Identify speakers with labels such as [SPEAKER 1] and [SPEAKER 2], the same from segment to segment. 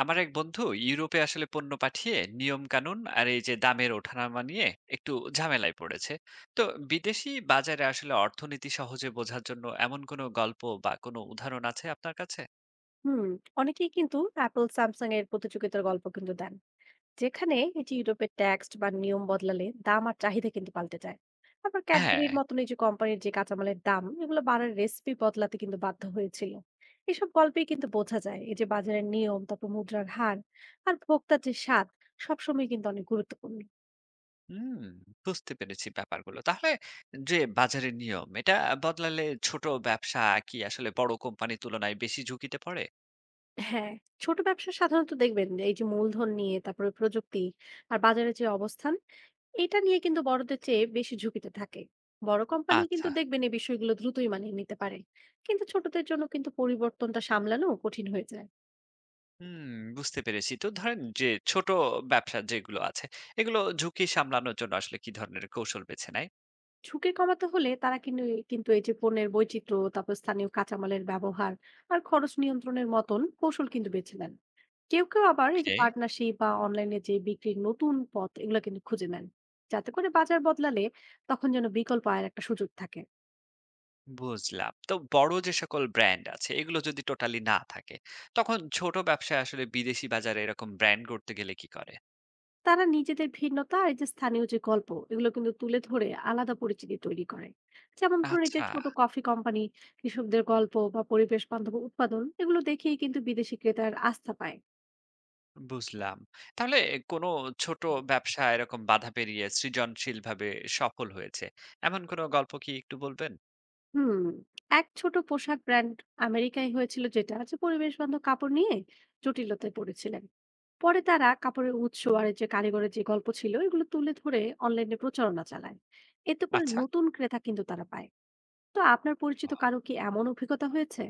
[SPEAKER 1] আমার এক বন্ধু ইউরোপে আসলে পণ্য পাঠিয়ে নিয়ম কানুন আর এই যে দামের ওঠানামা নিয়ে একটু ঝামেলায় পড়েছে। তো বিদেশি বাজারে আসলে অর্থনীতি সহজে বোঝার জন্য এমন কোনো গল্প বা কোনো উদাহরণ আছে আপনার কাছে?
[SPEAKER 2] হুম। অনেকেই কিন্তু অ্যাপল স্যামসাং এর প্রতিযোগিতার গল্প কিন্তু দেন, যেখানে এই যে ইউরোপের ট্যাক্স বা নিয়ম বদলালে দাম আর চাহিদা কিন্তু পাল্টে যায়। আবার
[SPEAKER 1] হ্যাঁ।
[SPEAKER 2] ক্যাডবেরির মতন এই যে কোম্পানির যে কাঁচামালের দাম এগুলো বাড়ার রেসিপি বদলাতে কিন্তু বাধ্য হয়েছিল। এসব গল্পেই কিন্তু বোঝা যায় এই যে বাজারের নিয়ম, তারপর মুদ্রার হার আর ভোক্তার যে স্বাদ সবসময় কিন্তু অনেক গুরুত্বপূর্ণ।
[SPEAKER 1] হুম, বুঝতে পেরেছি ব্যাপারগুলো। তাহলে যে বাজারের নিয়ম, এটা বদলালে ছোট ব্যবসা কি আসলে বড় কোম্পানি তুলনায় বেশি ঝুঁকিতে পড়ে?
[SPEAKER 2] হ্যাঁ, ছোট ব্যবসা সাধারণত দেখবেন যে এই যে মূলধন নিয়ে, তারপরে প্রযুক্তি আর বাজারের যে অবস্থান, এটা নিয়ে কিন্তু বড়দের চেয়ে বেশি ঝুঁকিতে থাকে। বড় কোম্পানি
[SPEAKER 1] আচ্ছা।
[SPEAKER 2] কিন্তু দেখবেন এই বিষয়গুলো দ্রুতই মানিয়ে নিতে পারে, কিন্তু ছোটদের জন্য কিন্তু পরিবর্তনটা সামলানো কঠিন হয়ে যায়।
[SPEAKER 1] হুম, বুঝতে পেরেছি। তো ধরেন যে ছোট ব্যবসা যেগুলো আছে, এগুলো ঝুঁকি সামলানোর জন্য আসলে কি ধরনের কৌশল বেছে নেয়?
[SPEAKER 2] ঝুঁকি কমাতে হলে তারা কিন্তু কিন্তু এই যে পণ্যের বৈচিত্র্য, তারপর স্থানীয় কাঁচামালের ব্যবহার আর খরচ নিয়ন্ত্রণের মতন কৌশল কিন্তু বেছে নেন। কেউ কেউ আবার এই যে
[SPEAKER 1] ওকে,
[SPEAKER 2] পার্টনারশিপ বা অনলাইনে যে বিক্রির নতুন পথ এগুলো কিন্তু খুঁজে নেন, যাতে করে বাজার বদলালে তখন যেন বিকল্প আয়ের একটা সুযোগ থাকে।
[SPEAKER 1] বুঝলাম। তো বড় যে সকল ব্র্যান্ড আছে এগুলো যদি টোটালি না থাকে, তখন ছোট ব্যবসায় আসলে বিদেশি বাজারে এরকম ব্র্যান্ড গড়তে গেলে কি করে?
[SPEAKER 2] তারা নিজেদের ভিন্নতা আর এই যে স্থানীয় যে গল্প এগুলো কিন্তু তুলে ধরে আলাদা পরিচিতি তৈরি করে। যেমন ধরুন এই যে
[SPEAKER 1] আচ্ছা,
[SPEAKER 2] ছোট কফি কোম্পানি, কৃষকদের গল্প বা পরিবেশ বান্ধব উৎপাদন এগুলো দেখেই কিন্তু বিদেশি ক্রেতার আস্থা পায়।
[SPEAKER 1] বুঝলাম। তাহলে কোনো ছোট ব্যবসা এরকম বাধা পেরিয়ে সৃজনশীলভাবে সফল হয়েছে। এমন কোনো গল্প কি একটু বলবেন?
[SPEAKER 2] হুম, এক ছোট পোশাক ব্র্যান্ড আমেরিকায় হয়েছিল, যেটা যে পরিবেশ বান্ধব কাপড় নিয়ে জটিলতায় পড়েছিলেন। পরে তারা কাপড়ের উৎস আর এই যে কারিগরের যে গল্প ছিল এগুলো তুলে ধরে অনলাইনে প্রচারণা চালায়, এতে করে
[SPEAKER 1] আচ্ছা।
[SPEAKER 2] নতুন ক্রেতা কিন্তু তারা পায়। তো আপনার পরিচিত কারো কি এমন অভিজ্ঞতা হয়েছে?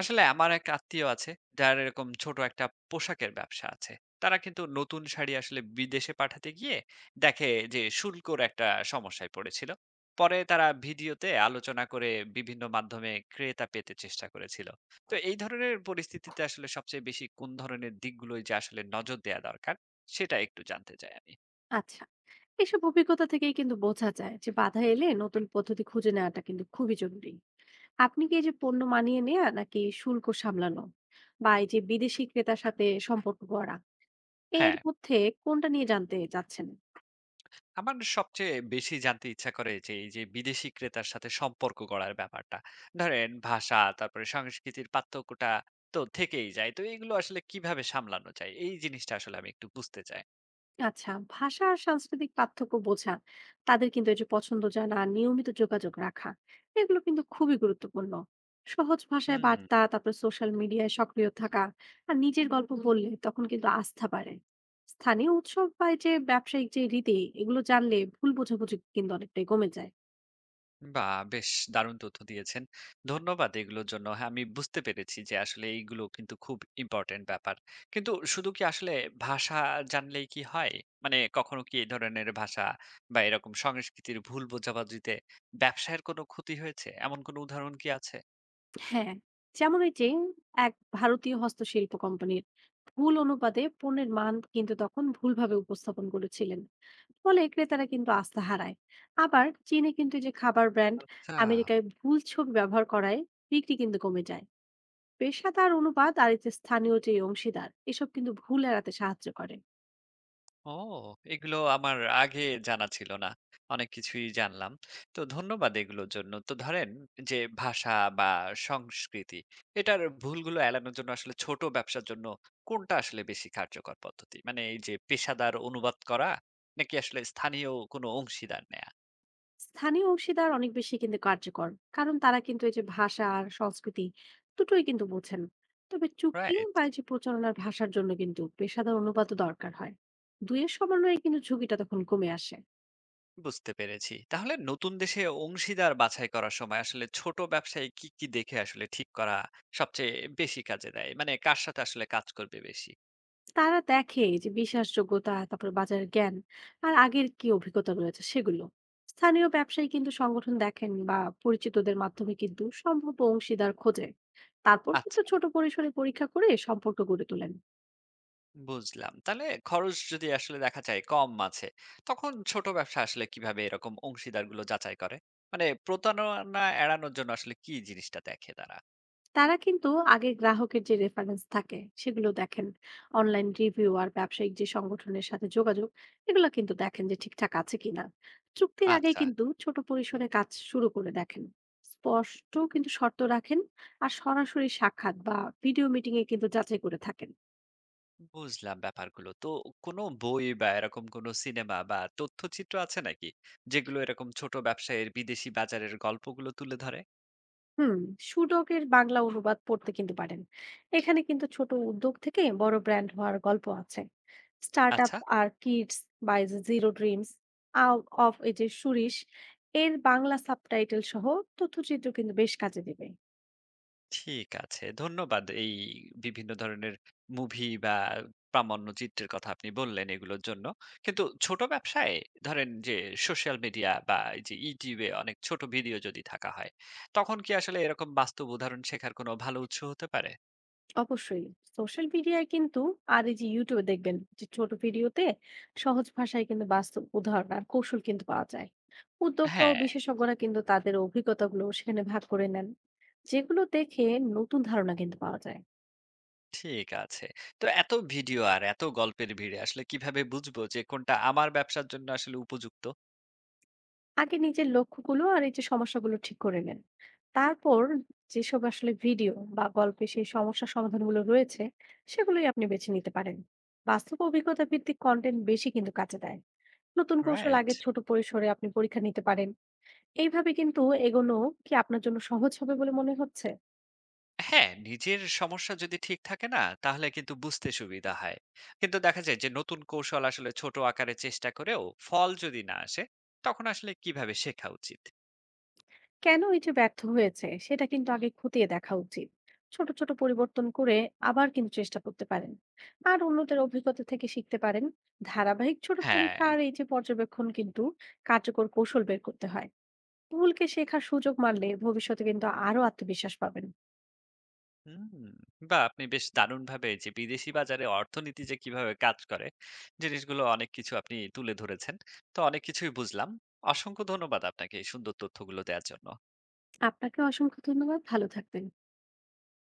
[SPEAKER 1] আসলে আমার এক আত্মীয় আছে, যার এরকম ছোট একটা পোশাকের ব্যবসা আছে। তারা কিন্তু নতুন শাড়ি আসলে বিদেশে পাঠাতে গিয়ে দেখে যে শুল্কর একটা সমস্যায় পড়েছিল। পরে তারা ভিডিওতে আলোচনা করে বিভিন্ন মাধ্যমে ক্রেতা পেতে চেষ্টা করেছিল। তো এই ধরনের পরিস্থিতিতে আসলে সবচেয়ে বেশি কোন ধরনের দিকগুলোই যে আসলে নজর দেওয়া দরকার, সেটা একটু জানতে চাই আমি।
[SPEAKER 2] আচ্ছা, এসব অভিজ্ঞতা থেকেই কিন্তু বোঝা যায় যে বাধা এলে নতুন পদ্ধতি খুঁজে নেওয়াটা কিন্তু খুবই জরুরি। আপনি কি এই যে পণ্য মানিয়ে নেয়া, নাকি শুল্ক সামলানো, বা এই যে বিদেশি ক্রেতার সাথে সম্পর্ক গড়া, এর
[SPEAKER 1] হ্যাঁ,
[SPEAKER 2] মধ্যে কোনটা নিয়ে জানতে চাচ্ছেন?
[SPEAKER 1] আমার সবচেয়ে বেশি জানতে ইচ্ছা করে যে এই যে বিদেশি ক্রেতার সাথে সম্পর্ক গড়ার ব্যাপারটা, ধরেন ভাষা তারপরে সংস্কৃতির পার্থক্যটা তো থেকেই যায়। তো এগুলো আসলে কিভাবে সামলানো যায়, এই জিনিসটা আসলে আমি একটু বুঝতে চাই।
[SPEAKER 2] আচ্ছা, ভাষা আর সাংস্কৃতিক পার্থক্য বোঝা, তাদের কিন্তু এই যে পছন্দ জানা, নিয়মিত যোগাযোগ রাখা, এগুলো কিন্তু খুবই গুরুত্বপূর্ণ। সহজ ভাষায়
[SPEAKER 1] হুম।
[SPEAKER 2] বার্তা, তারপর সোশ্যাল মিডিয়ায় সক্রিয় থাকা আর নিজের গল্প বললে তখন কিন্তু আস্থা বাড়ে। স্থানীয় উৎসব বা এই যে ব্যবসায়িক যে রীতি, এগুলো জানলে ভুল বোঝাবুঝি কিন্তু অনেকটাই কমে যায়।
[SPEAKER 1] বাহ! বেশ দারুণ তথ্য দিয়েছেন। ধন্যবাদ এগুলোর জন্য। হ্যাঁ, আমি বুঝতে পেরেছি যে আসলে এইগুলো কিন্তু খুব ইম্পোর্টেন্ট ব্যাপার। কিন্তু শুধু কি আসলে ভাষা জানলেই কি হয়? মানে কখনো কি এই ধরনের ভাষা বা এরকম সংস্কৃতির ভুল বোঝাবুঝিতে ব্যবসায়ের কোনো ক্ষতি হয়েছে? এমন কোনো উদাহরণ কি আছে?
[SPEAKER 2] হ্যাঁ, যেমন এই যে এক ভারতীয় হস্তশিল্প কোম্পানির ভুল অনুপাতে পণ্যের মান কিন্তু তখন ভুলভাবে উপস্থাপন করেছিলেন, ফলে ক্রেতারা কিন্তু আস্থা হারায়। আবার চীনে কিন্তু এই যে খাবার ব্র্যান্ড
[SPEAKER 1] আচ্ছা।
[SPEAKER 2] আমেরিকায় ভুল ছবি ব্যবহার করায় বিক্রি কিন্তু কমে যায়। পেশাদার অনুপাত আর এই যে স্থানীয় যে অংশীদার এসব কিন্তু ভুল এড়াতে সাহায্য করে।
[SPEAKER 1] ও! এগুলো আমার আগে জানা ছিল না। অনেক কিছুই জানলাম। তো ধন্যবাদ এগুলোর জন্য। তো ধরেন যে ভাষা বা সংস্কৃতি, এটার ভুলগুলো এড়ানোর জন্য আসলে ছোট ব্যবসার জন্য কোনটা আসলে বেশি কার্যকর পদ্ধতি? মানে এই যে পেশাদার অনুবাদ করা নাকি আসলে স্থানীয় কোনো অংশীদার নেয়া?
[SPEAKER 2] স্থানীয় অংশীদার অনেক বেশি কিন্তু কার্যকর, কারণ তারা কিন্তু এই যে ভাষা আর সংস্কৃতি দুটোই কিন্তু বোঝেন। তবে চুক্তি
[SPEAKER 1] রাইট,
[SPEAKER 2] বা এই যে প্রচারণার ভাষার জন্য কিন্তু পেশাদার অনুবাদও দরকার হয়। দুইয়ের সমন্বয়ে কিন্তু ঝুঁকিটা তখন কমে আসে।
[SPEAKER 1] বুঝতে পেরেছি। তাহলে নতুন দেশে অংশীদার বাছাই করার সময় আসলে ছোট ব্যবসায় কি, কি দেখে আসলে ঠিক করা সবচেয়ে বেশি কাজে দেয়? মানে কার সাথে আসলে কাজ করবে বেশি?
[SPEAKER 2] তারা দেখে যে বিশ্বাসযোগ্যতা, তারপর বাজার জ্ঞান আর আগের কি অভিজ্ঞতা রয়েছে সেগুলো। স্থানীয় ব্যবসায়ী কিন্তু সংগঠন দেখেন বা পরিচিতদের মাধ্যমে কিন্তু সম্ভাব্য অংশীদার খোঁজে। তারপর
[SPEAKER 1] আচ্ছা।
[SPEAKER 2] কিন্তু ছোট পরিসরে পরীক্ষা করে সম্পর্ক গড়ে তোলেন।
[SPEAKER 1] বুঝলাম। তাহলে খরচ যদি আসলে দেখা যায় কম আছে, তখন ছোট ব্যবসা আসলে কিভাবে এরকম অংশীদারগুলো যাচাই করে? মানে প্রতারণা এড়ানোর জন্য আসলে কি জিনিসটা দেখে তারা?
[SPEAKER 2] তারা কিন্তু আগে গ্রাহকের যে রেফারেন্স থাকে সেগুলো দেখেন, অনলাইন রিভিউ আর ব্যবসায়িক যে সংগঠনের সাথে যোগাযোগ, এগুলো কিন্তু দেখেন যে ঠিকঠাক আছে কিনা। চুক্তির আগে
[SPEAKER 1] আচ্ছা,
[SPEAKER 2] কিন্তু ছোট পরিসরে কাজ শুরু করে দেখেন, স্পষ্ট কিন্তু শর্ত রাখেন আর সরাসরি সাক্ষাৎ বা ভিডিও মিটিং এ কিন্তু যাচাই করে থাকেন।
[SPEAKER 1] বুঝলাম ব্যাপারগুলো। তো কোনো বই বা এরকম কোনো সিনেমা বা তথ্যচিত্র আছে নাকি, যেগুলো এরকম ছোট ব্যবসায়ের বিদেশি বাজারের গল্পগুলো তুলে ধরে?
[SPEAKER 2] হুম, সুডকের বাংলা অনুবাদ পড়তে কিন্তু পারেন, এখানে কিন্তু ছোট উদ্যোগ থেকে বড় ব্র্যান্ড হওয়ার গল্প আছে। স্টার্ট আপ
[SPEAKER 1] আচ্ছা।
[SPEAKER 2] আর কিডস বা জিরো ড্রিমস আউট অফ এই যে সুরিশ, এর বাংলা সাবটাইটেল সহ তথ্যচিত্র কিন্তু বেশ কাজে দেবে।
[SPEAKER 1] ঠিক আছে। ধন্যবাদ এই বিভিন্ন ধরনের মুভি বা প্রামাণ্যচিত্রের কথা আপনি বললেন, এগুলোর জন্য। কিন্তু ছোট ব্যবসায় ধরেন যে সোশ্যাল মিডিয়া বা এই যে YouTube এ অনেক ছোট ভিডিও যদি থাকা হয়, তখন কি আসলে এরকম বাস্তব উদাহরণ শেখার কোনো ভালো উৎস হতে পারে?
[SPEAKER 2] অবশ্যই। সোশ্যাল মিডিয়ায় কিন্তু আর এই যে YouTube এ দেখবেন যে ছোট ভিডিওতে সহজ ভাষায় কিন্তু বাস্তব উদাহরণ আর কৌশল কিন্তু পাওয়া যায়। উদ্যোক্তা ও
[SPEAKER 1] হ্যাঁ।
[SPEAKER 2] বিশেষজ্ঞরা কিন্তু তাদের অভিজ্ঞতাগুলো সেখানে ভাগ করে নেন, যেগুলো দেখে নতুন ধারণা কিন্তু পাওয়া যায়।
[SPEAKER 1] ঠিক আছে। তো এত ভিডিও আর এত গল্পের ভিড়ে আসলে কিভাবে বুঝবো যে কোনটা আমার ব্যবসার জন্য আসলে উপযুক্ত?
[SPEAKER 2] আগে নিজের লক্ষ্যগুলো আর এই যে সমস্যাগুলো ঠিক করে নেন, তারপর যেসব আসলে ভিডিও বা গল্পে সেই সমস্যা সমাধানগুলো রয়েছে সেগুলোই আপনি বেছে নিতে পারেন। বাস্তব অভিজ্ঞতা ভিত্তিক কন্টেন্ট বেশি কিন্তু কাজে দেয়। নতুন কৌশল
[SPEAKER 1] রাইট।
[SPEAKER 2] আগে ছোট পরিসরে আপনি পরীক্ষা নিতে পারেন। এইভাবে কিন্তু এগোনো কি আপনার জন্য সহজ হবে বলে মনে হচ্ছে?
[SPEAKER 1] হ্যাঁ, নিজের সমস্যা যদি ঠিক থাকে না, তাহলে কিন্তু বুঝতে সুবিধা হয়। কিন্তু দেখা যায় যে নতুন কৌশল আসলে ছোট আকারে চেষ্টা করেও ফল যদি না আসে, তখন আসলে কিভাবে শেখা উচিত?
[SPEAKER 2] কেন এই যে ব্যর্থ হয়েছে সেটা কিন্তু আগে খতিয়ে দেখা উচিত। ছোট ছোট পরিবর্তন করে আবার কিন্তু চেষ্টা করতে পারেন আর অন্যদের অভিজ্ঞতা থেকে শিখতে পারেন। ধারাবাহিক ছোট
[SPEAKER 1] হ্যাঁ।
[SPEAKER 2] পরীক্ষা আর এই যে পর্যবেক্ষণ কিন্তু কার্যকর কৌশল বের করতে হয়। ভুলকে শেখার সুযোগ মানলে ভবিষ্যতে কিন্তু আরো আত্মবিশ্বাস পাবেন।
[SPEAKER 1] হুম। বাহ! আপনি বেশ দারুণভাবে যে বিদেশি বাজারে অর্থনীতি যে কিভাবে কাজ করে, জিনিসগুলো অনেক কিছু আপনি তুলে ধরেছেন। তো অনেক কিছুই বুঝলাম। অসংখ্য ধন্যবাদ আপনাকে এই সুন্দর তথ্যগুলো দেওয়ার জন্য।
[SPEAKER 2] আপনাকে অসংখ্য ধন্যবাদ, ভালো থাকবেন।